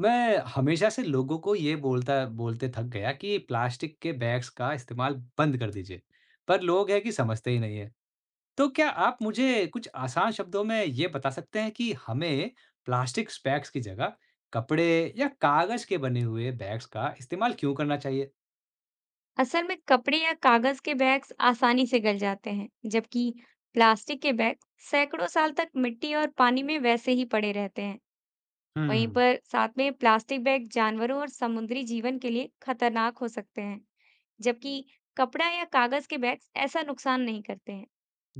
मैं हमेशा से लोगों को ये बोलता बोलते थक गया कि प्लास्टिक के बैग्स का इस्तेमाल बंद कर दीजिए, पर लोग हैं कि समझते ही नहीं है। तो क्या आप मुझे कुछ आसान शब्दों में ये बता सकते हैं कि हमें प्लास्टिक बैग्स की जगह कपड़े या कागज के बने हुए बैग्स का इस्तेमाल क्यों करना चाहिए? असल में कपड़े या कागज के बैग्स आसानी से गल जाते हैं, जबकि प्लास्टिक के बैग सैकड़ों साल तक मिट्टी और पानी में वैसे ही पड़े रहते हैं। वहीं हम्म। पर साथ में प्लास्टिक बैग जानवरों और समुद्री जीवन के लिए खतरनाक हो सकते हैं, जबकि कपड़ा या कागज के बैग्स ऐसा नुकसान नहीं करते हैं।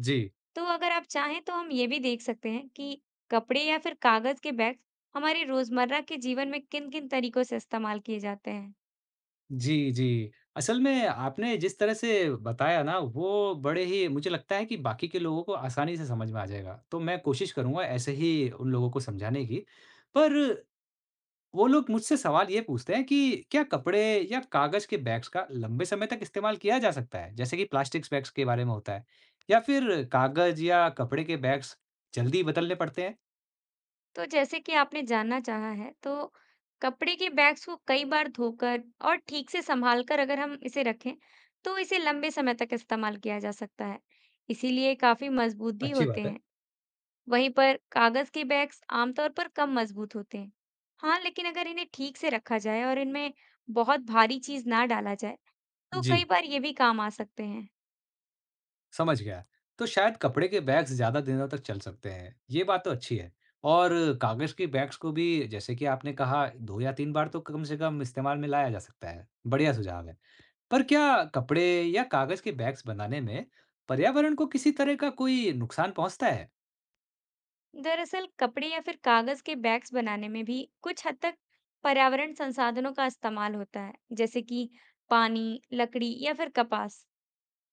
जी। तो अगर आप चाहें तो हम ये भी देख सकते हैं कि कपड़े या फिर कागज के बैग हमारे रोजमर्रा के जीवन में किन-किन तरीकों से इस्तेमाल किए जाते हैं। जी, जी। असल में आपने जिस तरह से बताया ना वो बड़े ही मुझे लगता है कि बाकी के लोगों को आसानी से समझ में आ जाएगा। तो मैं कोशिश करूँगा ऐसे ही उन लोगों को समझाने की। पर वो लोग मुझसे सवाल ये पूछते हैं कि क्या कपड़े या कागज़ के बैग्स का लंबे समय तक इस्तेमाल किया जा सकता है? जैसे कि प्लास्टिक्स बैग्स के बारे में होता है। या फिर कागज़ या कपड़े के बैग्स जल्दी बदलने पड़ते हैं? तो जैसे कि आपने जानना चाहा है, तो कपड़े के बैग्स को कई बार धोकर और ठीक से संभालकर अगर हम इसे रखें, तो इसे लंबे समय तक इस्तेमाल किया जा सकता है। इसीलिए काफी मजबूत भी अच्छी होते बात है। हैं। वहीं पर कागज के बैग्स आमतौर पर कम मजबूत होते हैं। हाँ, लेकिन अगर इन्हें ठीक से रखा जाए और इनमें बहुत भारी चीज ना डाला जाए, तो जी। कई बार ये भी काम आ सकते हैं। समझ गया। तो शायद कपड़े के बैग्स ज़्यादा दिनों तक चल सकते हैं, ये बात तो अच्छी है। और कागज़ के बैग्स को भी जैसे कि आपने कहा 2 या 3 बार तो कम से कम इस्तेमाल में लाया जा सकता है, बढ़िया सुझाव है। पर क्या कपड़े या कागज़ के बैग्स बनाने में पर्यावरण को किसी तरह का कोई नुकसान पहुँचता है? दरअसल कपड़े या फिर कागज के बैग्स बनाने में भी कुछ हद तक पर्यावरण संसाधनों का इस्तेमाल होता है जैसे कि पानी, लकड़ी या फिर कपास।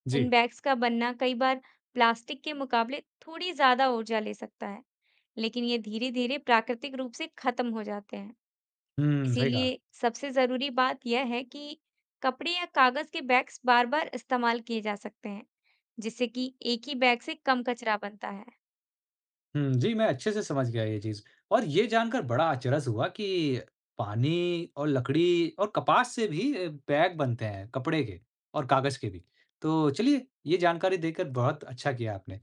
जी। इन बैग्स का बनना कई बार प्लास्टिक के मुकाबले थोड़ी ज्यादा ऊर्जा ले सकता है, लेकिन ये धीरे-धीरे प्राकृतिक रूप से खत्म हो जाते हैं। हुँ, सही कहा। इसीलिए सबसे जरूरी बात यह है कि कपड़े या कागज के बैग्स बार-बार इस्तेमाल किए जा सकते हैं, जिससे कि एक ही बैग से कम कचरा बनता है। हुँ, जी, मैं अच्छे से समझ गया ये चीज़ और ये जानकर बड़ा अचरज हुआ कि पानी और लकड़ी और कपास से भी बैग बनते हैं, कपड़े के और कागज़ के भी। तो चलिए, ये जानकारी देकर बहुत अच्छा किया आपने।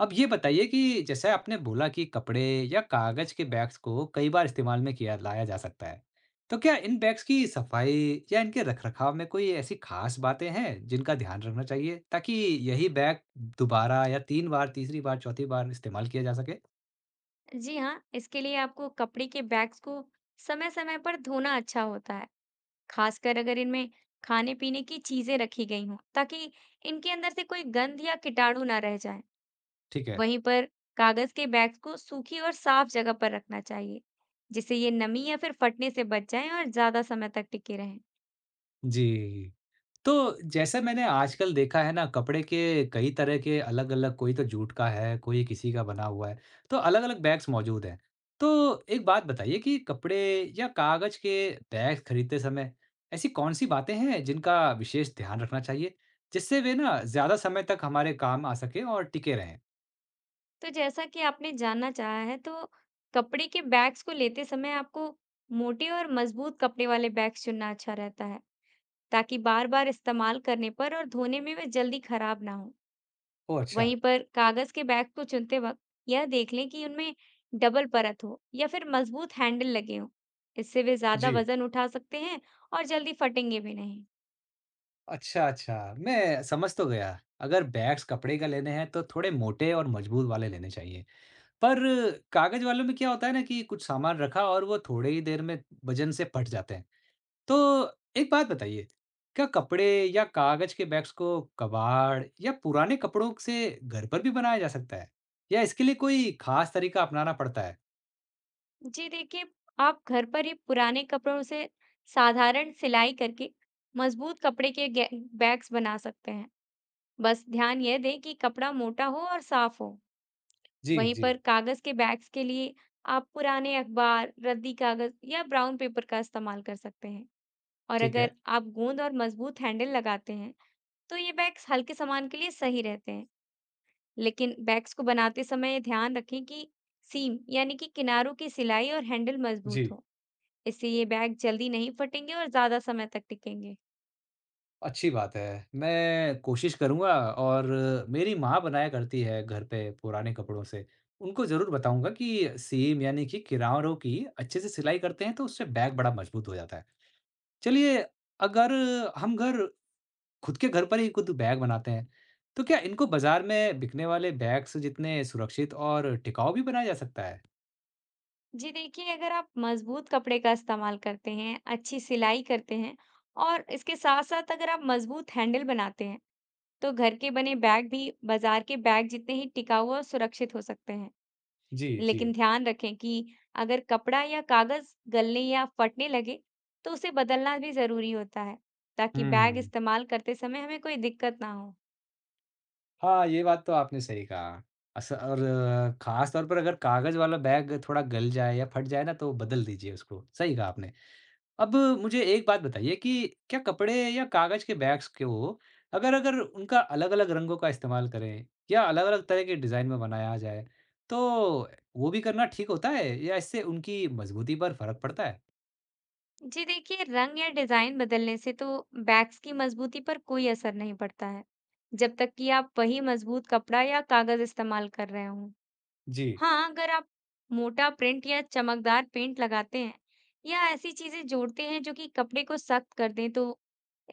अब ये बताइए कि जैसे आपने बोला कि कपड़े या कागज़ के बैग्स को कई बार इस्तेमाल में किया लाया जा सकता है। तो क्या इन बैग्स की सफाई या इनके रख-रखाव में कोई ऐसी ख़ास बातें हैं, जिनका ध्यान रखना चाहिए, ताकि यही बैग दोबारा या 3 बार, तीसरी बार, चौथी बार इस्तेमाल किया जा सके? जी हाँ, इसके लिए आपको कपड़े के बैग्स को समय समय पर धोना अच्छा होता है, खासकर अगर इनमें खाने पीने की चीजें रखी गई हों, ताकि इनके अंदर से कोई गंध या कीटाणु ना रह जाए। ठीक है। वहीं पर कागज के बैग्स को सूखी और साफ जगह पर रखना चाहिए, जिससे ये नमी या फिर फटने से बच जाएं और ज्यादा समय तक टिके रहें। जी। तो जैसे मैंने आजकल देखा है ना कपड़े के कई तरह के अलग-अलग कोई तो जूट का है, कोई किसी का बना हुआ है, तो अलग-अलग बैग्स मौजूद हैं। तो एक बात बताइए कि कपड़े या कागज के बैग खरीदते समय ऐसी कौन-सी बातें हैं जिनका विशेष ध्यान रखना चाहिए, जिससे वे ना ज़्यादा समय तक हमारे काम आ सकें और टिके रहें? तो जैसा कि आपने जानना चाहा है, तो कपड़े के बैग्स को लेते समय आपको मोटे और मजबूत कपड़े वाले बैग्स चुनना अच्छा रहता है, ताकि बार-बार इस्तेमाल करने पर और धोने में वे जल्दी खराब ना हो। ओह अच्छा। वहीं पर कागज के बैग को चुनते वक्त यह देख लें कि उनमें डबल परत हो या फिर मजबूत हैंडल लगे हों। इससे वे ज्यादा जी। वजन उठा सकते हैं और जल्दी फटेंगे भी नहीं। अच्छा, अच्छा, मैं समझ तो गया। अगर बैग्स कपड़े का लेने हैं तो थोड़े मोटे और मजबूत वाले लेने चाहिए। पर कागज़ वालों में क्या होता है ना कि कुछ सामान रखा और वो थोड़े ही देर में वज़न से फट जाते हैं। तो एक बात बताइए, क्या कपड़े या कागज़ के बैग्स को कबाड़ या पुराने कपड़ों से घर पर भी बनाया जा सकता है? या इसके लिए कोई ख़ास तरीका अपनाना पड़ता है? जी देखिए, आप घर पर ही पुराने कपड़ों से साधारण सिलाई करके मजबूत कपड़े के बैग्स बना सकते हैं। बस ध्यान यह दें कि कपड़ा मोटा हो और साफ हो। जी, वहीं जी। पर कागज के बैग्स के लिए आप पुराने अखबार, रद्दी कागज या ब्राउन पेपर का इस्तेमाल कर सकते हैं। और ठीक अगर है। आप गोंद और मजबूत हैंडल लगाते हैं, तो ये बैग्स हल्के सामान के लिए सही रहते हैं। लेकिन बैग्स को बनाते समय ये ध्यान रखें कि सीम यानी कि किनारों की सिलाई और हैंडल मजबूत जी। हो। इससे ये बैग जल्दी नहीं फटेंगे और ज्यादा समय तक टिकेंगे। अच्छी बात है। मैं कोशिश करूँगा और मेरी माँ बनाया करती है घर पे पुराने कपड़ों से। उनको ज़रूर बताऊँगा कि सीम यानी कि किनारों की अच्छे से सिलाई करते हैं तो उससे बैग बड़ा मज़बूत हो जाता है। चलिए, अगर हम घर खुद के घर पर ही खुद बैग बनाते हैं, तो क्या इनको बाज़ार में बिकने वाले बैग्स जितने सुरक्षित और टिकाऊ भी बनाया जा सकता है? जी देखिए, अगर आप मजबूत कपड़े का इस्तेमाल करते हैं, अच्छी सिलाई करते हैं और इसके साथ साथ अगर आप मजबूत हैंडल बनाते हैं, तो घर के बने बैग भी बाजार के बैग जितने ही टिकाऊ और सुरक्षित हो सकते हैं। जी, जी। लेकिन ध्यान रखें कि अगर कपड़ा या कागज गलने या फटने लगे, तो उसे बदलना भी जरूरी होता है, ताकि बैग हुँ। इस्तेमाल करते समय हमें कोई दिक्कत ना हो। हाँ, ये बात तो आपने सही कहा। अस और ख़ास तौर पर अगर कागज़ वाला बैग थोड़ा गल जाए या फट जाए ना तो बदल दीजिए उसको, सही कहा आपने। अब मुझे एक बात बताइए कि क्या कपड़े या कागज़ के बैग्स को अगर अगर उनका अलग-अलग रंगों का इस्तेमाल करें या अलग-अलग तरह के डिज़ाइन में बनाया जाए, तो वो भी करना ठीक होता है या इससे उनकी मज़बूती पर फ़र्क पड़ता है? जी देखिए, रंग या डिजाइन बदलने से तो बैग्स की मजबूती पर कोई असर नहीं पड़ता है, जब तक कि आप वही मजबूत कपड़ा या कागज इस्तेमाल कर रहे हो। जी। हाँ, अगर आप मोटा प्रिंट या चमकदार पेंट लगाते हैं या ऐसी चीजें जोड़ते हैं जो कि कपड़े को सख्त कर दें, तो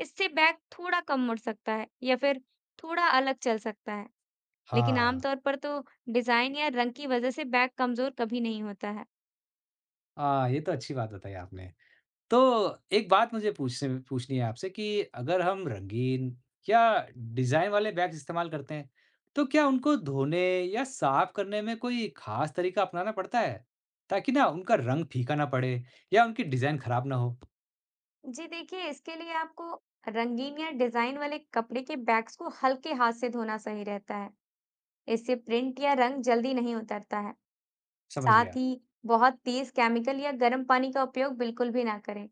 इससे बैग थोड़ा कम मुड़ सकता है या फिर थोड़ा अलग चल सकता है। लेकिन हाँ। आमतौर पर तो डिजाइन या रंग की वजह से बैग कमजोर कभी नहीं होता है। हाँ, ये तो अच्छी बात बताई आपने। तो एक बात मुझे पूछने पूछनी है आपसे कि अगर हम रंगीन या डिज़ाइन वाले बैग्स इस्तेमाल करते हैं, तो क्या उनको धोने या साफ करने में कोई खास तरीका अपनाना पड़ता है? ताकि ना उनका रंग फीका ना पड़े या उनकी डिज़ाइन खराब ना हो। जी देखिए, इसके लिए आपको रंगीन या डिजाइन वाले कपड़े के बैग्स को हल्के हाथ से धोना सही रहता है। इससे प्रिंट या रंग जल्दी नहीं उतरता है। समझ साथ गया। ही बहुत तेज केमिकल या गर्म पानी का उपयोग बिल्कुल भी ना करें।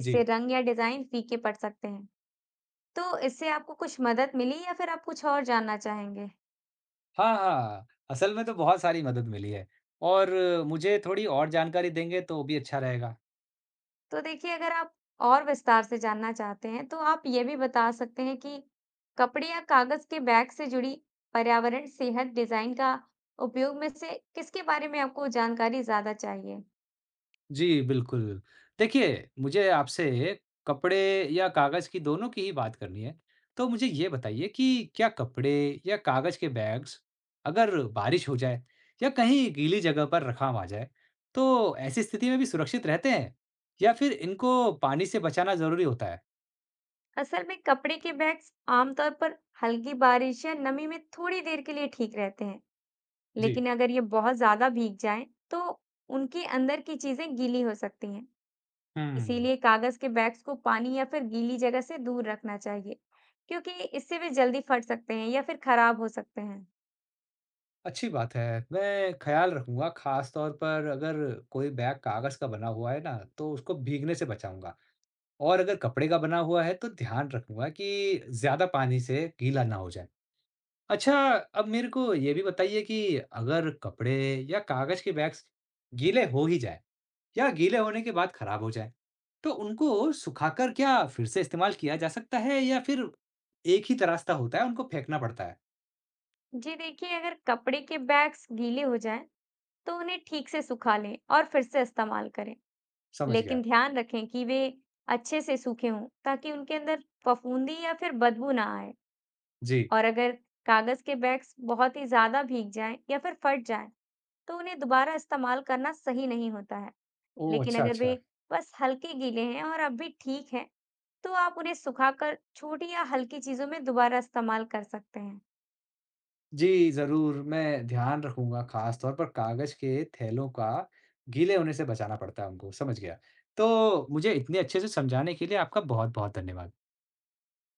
जी। इससे रंग या डिजाइन फीके पड़ सकते हैं। तो इससे आपको कुछ मदद मिली या फिर आप कुछ और जानना चाहेंगे? हाँ, हाँ। असल में तो बहुत सारी मदद मिली है और मुझे थोड़ी और जानकारी देंगे तो भी अच्छा रहेगा। तो देखिए, अगर आप और विस्तार से जानना चाहते हैं, तो आप ये भी बता सकते हैं कि कपड़े या कागज के बैग से जुड़ी पर्यावरण, सेहत, डिजाइन, का उपयोग में से किसके बारे में आपको जानकारी ज्यादा चाहिए। जी, बिल्कुल। देखिए, मुझे आपसे कपड़े या कागज़ की दोनों की ही बात करनी है। तो मुझे ये बताइए कि क्या कपड़े या कागज़ के बैग्स अगर बारिश हो जाए या कहीं गीली जगह पर रखा आ जाए, तो ऐसी स्थिति में भी सुरक्षित रहते हैं? या फिर इनको पानी से बचाना ज़रूरी होता है? असल में कपड़े के बैग्स आमतौर पर हल्की बारिश या नमी में थोड़ी देर के लिए ठीक रहते हैं। जी। लेकिन अगर ये बहुत ज्यादा भीग जाएं, तो उनके अंदर की चीजें गीली हो सकती हैं। हुँ। इसीलिए कागज के बैग्स को पानी या फिर गीली जगह से दूर रखना चाहिए, क्योंकि इससे वे जल्दी फट सकते हैं या फिर खराब हो सकते हैं। अच्छी बात है। मैं ख़्याल रखूँगा ख़ास तौर पर अगर कोई बैग कागज़ का बना हुआ है ना, तो उसको भीगने से बचाऊँगा। और अगर कपड़े का बना हुआ है तो ध्यान रखूंगा कि ज़्यादा पानी से गीला ना हो जाए। अच्छा, अब मेरे को ये भी बताइए कि अगर कपड़े या कागज़ के बैग्स गीले हो ही जाएँ या गीले होने के बाद खराब हो जाएँ, तो उनको सुखाकर क्या फिर से इस्तेमाल किया जा सकता है या फिर एक ही त रास्ता होता है, उनको फेंकना पड़ता है? जी देखिए, अगर कपड़े के बैग्स गीले हो जाएं, तो उन्हें ठीक से सुखा लें और फिर से इस्तेमाल करें। समझ लेकिन गया। ध्यान रखें कि वे अच्छे से सूखे हों, ताकि उनके अंदर फफूंदी या फिर बदबू ना आए। जी। और अगर कागज के बैग्स बहुत ही ज्यादा भीग जाएं या फिर फट जाएं, तो उन्हें दोबारा इस्तेमाल करना सही नहीं होता है। ओह! लेकिन अच्छा, अगर वे अच्छा। बस हल्के गीले हैं और अब भी ठीक हैं, तो आप उन्हें सुखाकर छोटी या हल्की चीजों में दोबारा इस्तेमाल कर सकते हैं। जी, ज़रूर, मैं ध्यान रखूँगा ख़ास तौर पर कागज़ के थैलों का गीले होने से बचाना पड़ता है उनको, समझ गया। तो मुझे इतने अच्छे से समझाने के लिए आपका बहुत-बहुत धन्यवाद।